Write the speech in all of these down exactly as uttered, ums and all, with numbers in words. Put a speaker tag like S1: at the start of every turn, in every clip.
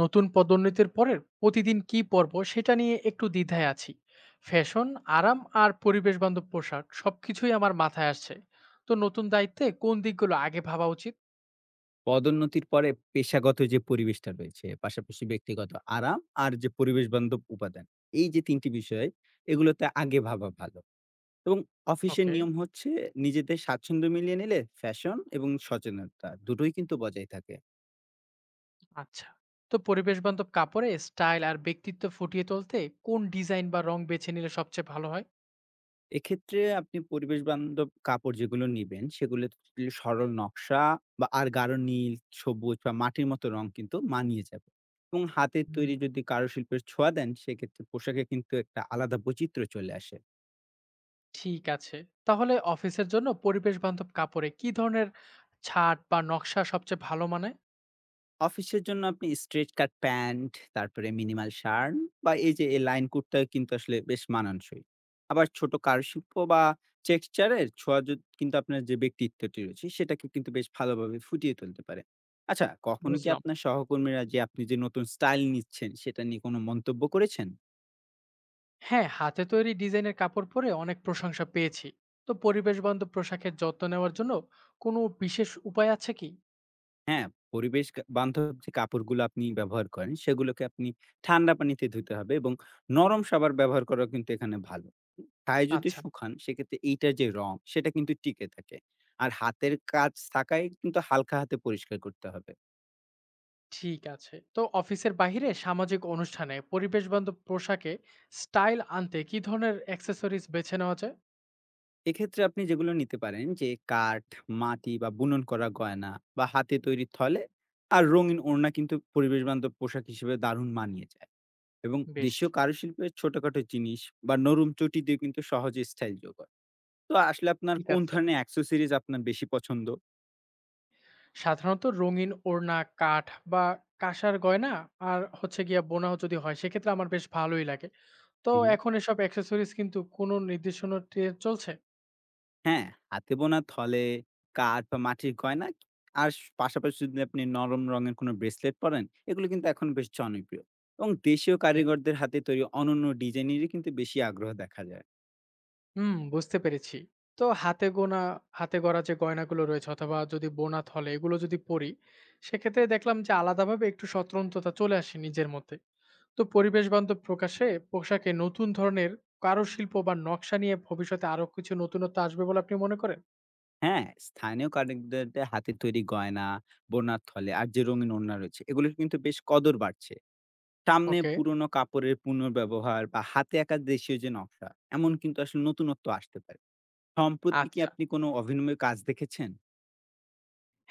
S1: নতুন পদোন্নতির পরের প্রতিদিন কি পরব সেটা নিয়ে একটু দ্বিধায় আছি। ফ্যাশন, আরাম আর পরিবেশ বান্ধব পোশাক সবকিছুই আমার মাথায় আসছে। তো নতুন দায়িত্বে কোন দিকগুলো আগে ভাবা উচিত?
S2: পদোন্নতির পরে পেশাগত যে পরিবেশটা রয়েছে, পাশাপাশি ব্যক্তিগত আরাম আর যে পরিবেশ বান্ধব উপাদান, এই যে তিন টি বিষয় এগুলোতে আগে ভাবা ভালো। এবং অফিসের
S1: ওকে।
S2: নিয়ম হচ্ছে নিজেদের স্বাচ্ছন্দ্য মিলিয়ে নিলে ফ্যাশন এবং সচেতনতা দুটোই কিন্তু বজায় থাকে।
S1: আচ্ছা, তো পরিবেশ বান্ধব কাপড়ে স্টাইল আর ব্যক্তিত্ব ফুটিয়ে তুলতে কোন ডিজাইন বা রং বেছে নিলে সবচেয়ে ভালো হয়?
S2: এক্ষেত্রে আপনি পরিবেশ বান্ধব কাপড় যেগুলো নিবেন সেগুলো সরল নকশা বা আর গাঢ় নীল, সবুজ বা মাটির মতো রং কিন্তু মানিয়ে যাবে। এবং হাতের তৈরি
S1: হুম,
S2: যদি কারুশিল্পের ছোঁয়া দেন সেক্ষেত্রে পোশাকে কিন্তু একটা আলাদা বৈচিত্র্য চলে আসে।
S1: ঠিক আছে। তাহলে অফিসের জন্য পরিবেশ বান্ধব কাপড়ে কি ধরনের ছাট বা নকশা সবচেয়ে ভালো মানে?
S2: অফিসের জন্য আপনি স্ট্রেচ কাট প্যান্ট, তারপরে মিনিমাল শার্ট বা এই যে এই লাইন কুর্তা কিন্তু আসলে বেশ মানানসই। আবার ছোট কারুশিল্প বা টেক্সচারের ছোঁয়া যদ কিন্তু আপনার যে ব্যক্তিত্বটি রয়েছে সেটাকে কিন্তু বেশ ভালোভাবে ফুটিয়ে তুলতে পারে। আচ্ছা, কখনো কি
S1: বুঝলাম।
S2: আপনার সহকর্মীরা যে আপনি যে নতুন স্টাইল নিচ্ছেন সেটা নিয়ে কোনো মন্তব্য করেছেন?
S1: হ্যাঁ, হাতে তৈরি ডিজাইনের কাপড় পরে অনেক প্রশংসা পেয়েছি। তো পরিবেশ বান্ধব পোশাকের যত্ন নেওয়ার জন্য কোনো বিশেষ উপায় আছে কি?
S2: হ্যাঁ, পরিবেশ কা বান্ধব যে কাপড়গুলো আপনি ব্যবহার করেন, সেগুলোকে আপনি ঠান্ডা পানিতে ধুতে হবে এবং নরম সাবান ব্যবহার করা কিন্তু এখানে ভালো। গায়ে যদি
S1: আচ্ছা,
S2: শুকান সেক্ষেত্রে এইটার যে রং সেটা কিন্তু টিকে থাকে। আর হাতের কাজ থাকায় কিন্তু হালকা হাতে পরিষ্কার করতে হবে।
S1: ঠিক আছে। তো অফিসের বাইরে সামাজিক অনুষ্ঠানে পরিবেশ বান্ধব পোশাকে স্টাইল আনতে কি ধরনের অ্যাক্সেসরিজ বেছে নেওয়া যায়?
S2: এক্ষেত্রে আপনি যেগুলো নিতে পারেন যে কাঠ, মাটি বা বুনন করা গয়না বা হাতে তৈরি থলে আর রঙিন ওড়না কিন্তু পরিবেশ বান্ধব পোশাক হিসেবে দারুণ মানিয়ে যায় এবং
S1: বেশ,
S2: দেশীয় কারুশিল্পের ছোটখাটো জিনিস বা নরম চটি দিয়ে কিন্তু সহজে স্টাইল যোগ হয়। তো আসলে আপনার
S1: ঠিক
S2: কোন
S1: আছে।
S2: ধরনের অ্যাক্সেসরিজ আপনার বেশি পছন্দ?
S1: সাধারণত রঙিন ওড়না, কাঠ বা কাঁসার গয়না আর হচ্ছে গিয়া বোনা যদি হয় সেক্ষেত্রে আমার বেশ ভালোই লাগে। তো
S2: হু, হুম।
S1: এখন এসব অ্যাক্সেসরিজ কিন্তু কোনো নির্দেশনা টে- চলছে।
S2: হ্যাঁ, হাতে বোনা থলে, কাঠ বা মাটির গয়না আর স পাশাপাশি যদি আপনি নরম রঙের কোনো ব্রেসলেট পরেন, এগুলো কিন্তু এখন বেশ জনপ্রিয় এবং দেশীয় কারিগরদের হাতে তৈরি অনন্য ডিজাইনেরই কিন্তু বেশি আগ্রহ দেখা যায়।
S1: হুম, বুঝতে পেরেছি। তো হাতে গোনা হাতে গড়া যে গয়নাগুলো রয়েছে অথবা যদি বোনা থলে এগুলো যদি পড়ি, সেক্ষেত্রে দেখলাম যে আলাদাভাবে একটু স্বতন্ত্রতা চলে আসে নিজের মধ্যে। তো পরিবেশ বান্ধব প্রকাশে পোশাকে নতুন ধরনের কারুশিল্প বা নকশা নিয়ে ভবিষ্যতে আরো কিছু নতুনত্ব আসবে বলে আপনি মনে করেন?
S2: হ্যাঁ, স্থানীয় কারিগরদের হাতে তৈরি গয়না, বোনা থলে আর যে রঙিন ওড়না রয়েছে, এগুলোর কিন্তু বেশ কদর বাড়ছে। সামনে
S1: ওকে,
S2: পুরনো কাপড়ের পুনর্ব্যবহার বা হাতে আঁকা দেশীয় যে নকশা, এমন কিন্তু আসলে নতুনত্ব আসতে পারে। সম্প্রতি কি
S1: আচ্ছা।
S2: আপনি কোনো অভিনব কাজ দেখেছেন?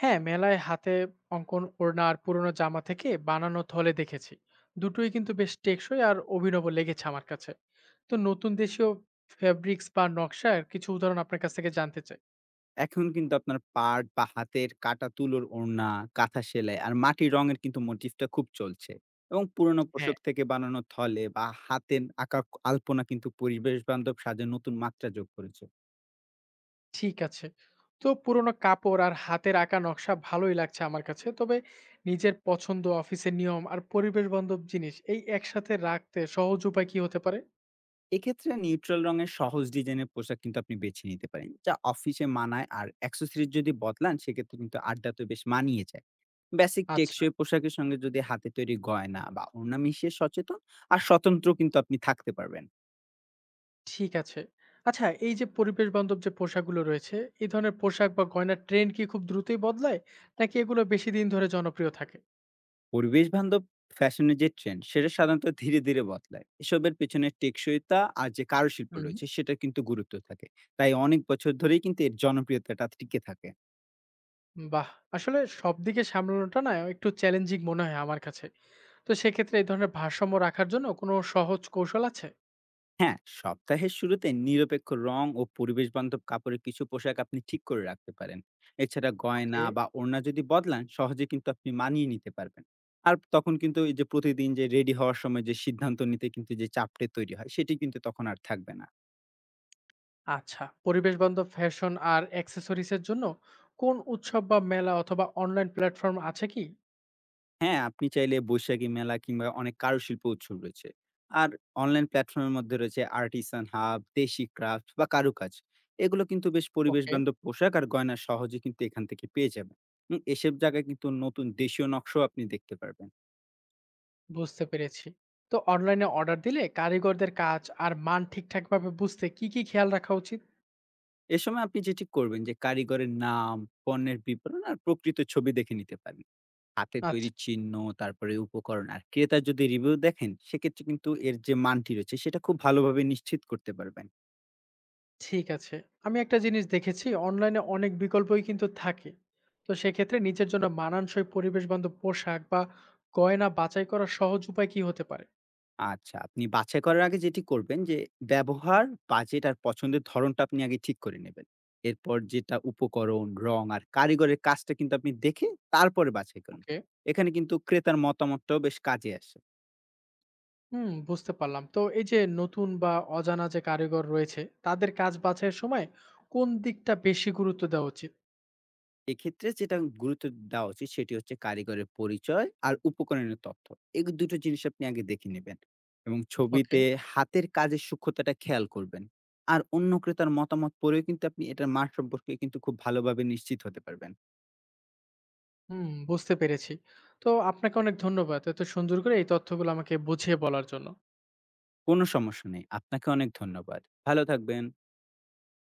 S1: হ্যাঁ, মেলায় হাতে অঙ্কন ওড়না আর পুরোনো জামা থেকে বানানো থলে দেখেছি। দুটোই কিন্তু বেশ টেকসই আর অভিনব লেগেছে আমার কাছে। তো নতুন দেশীয় ফেব্রিক্স বা নকশার কিছু উদাহরণ আপনার কাছ থেকে জানতে চাই।
S2: এখন কিন্তু আপনার পাট বা হাতের কাটা তুলোর ওড়না, কাঁথা সেলাই আর মাটির রঙের কিন্তু মোটিফটা খুব চলছে। এবং পুরনো
S1: হ্যাঁ।
S2: পোশাক থেকে বানানো থলে বা হাতের আঁকা আলপনা কিন্তু পরিবেশ বান্ধব সাজে নতুন মাত্রা যোগ করেছে।
S1: ঠিক আছে। তো পুরোনো কাপড় আর হাতের আঁকা নকশা ভালোই লাগছে আমার কাছে। তবে নিজের পছন্দ, অফিসের নিয়ম আর পরিবেশ বান্ধব জিনিস এই একসাথে রাখতে সহজ উপায় কি হতে পারে?
S2: এক্ষেত্রে নিউট্রাল রঙের সহজ ডিজাইনের পোশাক কিন্তু আপনি বেছে নিতে পারেন যা অফিসে মানায় আর অ্যাক্সেসরিজ যদি বদলান সেক্ষেত্রে কিন্তু আড্ডা তো বেশ মানিয়ে যায়। বেসিক
S1: আচ্ছা,
S2: টেকসই পোশাকের সঙ্গে যদি হাতে তৈরি গয়না বা ওড়না মিশিয়ে সচেতন আর স্বতন্ত্র কিন্তু আপনি থাকতে পারবেন।
S1: ঠিক আছে। আচ্ছা, এই যে পরিবেশ বান্ধব যে পোশাকগুলো রয়েছে, এই ধরনের পোশাক বা গয়নার ট্রেন্ড কি খুব দ্রুতই বদলায়? নাকি এগুলো বেশি দিন ধরে জনপ্রিয় থাকে?
S2: পরিবেশ বান্ধব ফ্যাশনের যে ট্রেন্ড সেটা সাধারণত ধীরে ধীরে বদলায়, এসবের পেছনে টেকসইতা আর যে কারুশিল্প
S1: হুম।
S2: রয়েছে সেটা কিন্তু গুরুত্ব থাকে। তাই অনেক বছর ধরেই কিন্তু এর জনপ্রিয়তাটা টিকে থাকে।
S1: বাহ! আসলে সবদিকে সামলানোটা না একটু চ্যালেঞ্জিং মনে হয় আমার কাছে। তো সেক্ষেত্রে এই ধরনের ভারসাম্য রাখার জন্য কোনো সহজ কৌশল আছে?
S2: হ্যাঁ, সপ্তাহের শুরুতে নিরপেক্ষ রং ও পরিবেশ বান্ধব কাপড়ের কিছু পোশাক আপনি ঠিক করে রাখতে পারেন। এছাড়া
S1: ওকে।
S2: গয়না বা ওড়না যদি বদলান সহজে কিন্তু আপনি মানিয়ে নিতে পারবেন। আর তখন কিন্তু এই যে প্রতিদিন যে রেডি হওয়ার সময় যে সিদ্ধান্ত নিতে কিন্তু যে চাপটে তৈরি হয় সেটি কিন্তু তখন আর থাকবে না।
S1: আচ্ছা, পরিবেশ বান্ধব ফ্যাশন আর অ্যাক্সেসরিজ এর জন্য কোন উৎসব বা মেলা অথবা অনলাইন প্ল্যাটফর্ম আছে কি?
S2: হ্যাঁ, আপনি চাইলে বৈশাখী মেলা কিংবা অনেক কারুশিল্প উৎসব রয়েছে। আর অনলাইন প্ল্যাটফর্মের মধ্যে রয়েছে আর্টিসান হাব, দেশি ক্রাফট বা কারুকাজ। এগুলো কিন্তু বেশ পরিবেশ
S1: ওকে।
S2: বান্ধব পোশাক আর গয়না সহজে কিন্তু এখান থেকে পেয়ে যাবেন। উম এসব জায়গায় কিন্তু নতুন দেশীয় নকশাও আপনি দেখতে পারবেন।
S1: বুঝতে পেরেছি। তো অনলাইনে অর্ডার দিলে কারিগরদের কাজ আর মান ঠিকঠাকভাবে বুঝতে কি কি খেয়াল রাখা উচিত?
S2: এ সময় আপনি যেটি করবেন যে কারিগরের নাম, পণ্যের বিবরণ আর প্রকৃত ছবি দেখে নিতে পারেন। হাতে
S1: আচ্ছা,
S2: তৈরি চিহ্ন, তারপরে উপকরণ আর ক্রেতার যদি রিভিউ দেখেন, সেক্ষেত্রে কিন্তু এর যে মানটি রয়েছে সেটা খুব ভালোভাবে নিশ্চিত করতে পারবেন।
S1: ঠিক আছে। আমি একটা জিনিস দেখেছি অনলাইনে অনেক বিকল্পই কিন্তু থাকে। তো সেক্ষেত্রে নিজের জন্য মানানসই পরিবেশ বান্ধব পোশাক বা গয়না বাছাই করার সহজ উপায় কি হতে পারে?
S2: আচ্ছা, আপনি বাছাই করার আগে যেটি করবেন যে ব্যবহার, বাজেট আর পছন্দের ধরনটা আপনি আগে ঠিক করে নেবেন। এরপর যেটা উপকরণ, রং আর কারিগরের কাজটা কিন্তু আপনি দেখে তারপরে বাছাই করুন।
S1: ওকে।
S2: এখানে কিন্তু ক্রেতার মতামতটাও বেশ কাজে আসে।
S1: হুম, বুঝতে পারলাম। তো এই যে নতুন বা অজানা যে কারিগর রয়েছে, তাদের কাজ বাছাইয়ের সময় কোন দিকটা বেশি গুরুত্ব দেওয়া উচিত?
S2: এক্ষেত্রে যেটা গুরুত্ব দেওয়া উচিত সেটি হচ্ছে কারিগরের পরিচয় আর উপকরণের তথ্য। এই দুটো জিনিস আপনি আগে দেখে নেবেন এবং
S1: ওকে,
S2: ছবিতে হাতের কাজের সূক্ষ্মতাটা খেয়াল করবেন। আর অন্য ক্রেতার মতামত পড়েও কিন্তু আপনি এটার মান সম্পর্কে কিন্তু খুব ভালোভাবে নিশ্চিত হতে পারবেন।
S1: হুম, বুঝতে পেরেছি। তো আপনাকে অনেক ধন্যবাদ। এত সুন্দর করে এই তথ্যগুলো আমাকে বুঝিয়ে বলার জন্য।
S2: কোনো সমস্যা নেই। আপনাকে অনেক ধন্যবাদ। ভালো থাকবেন।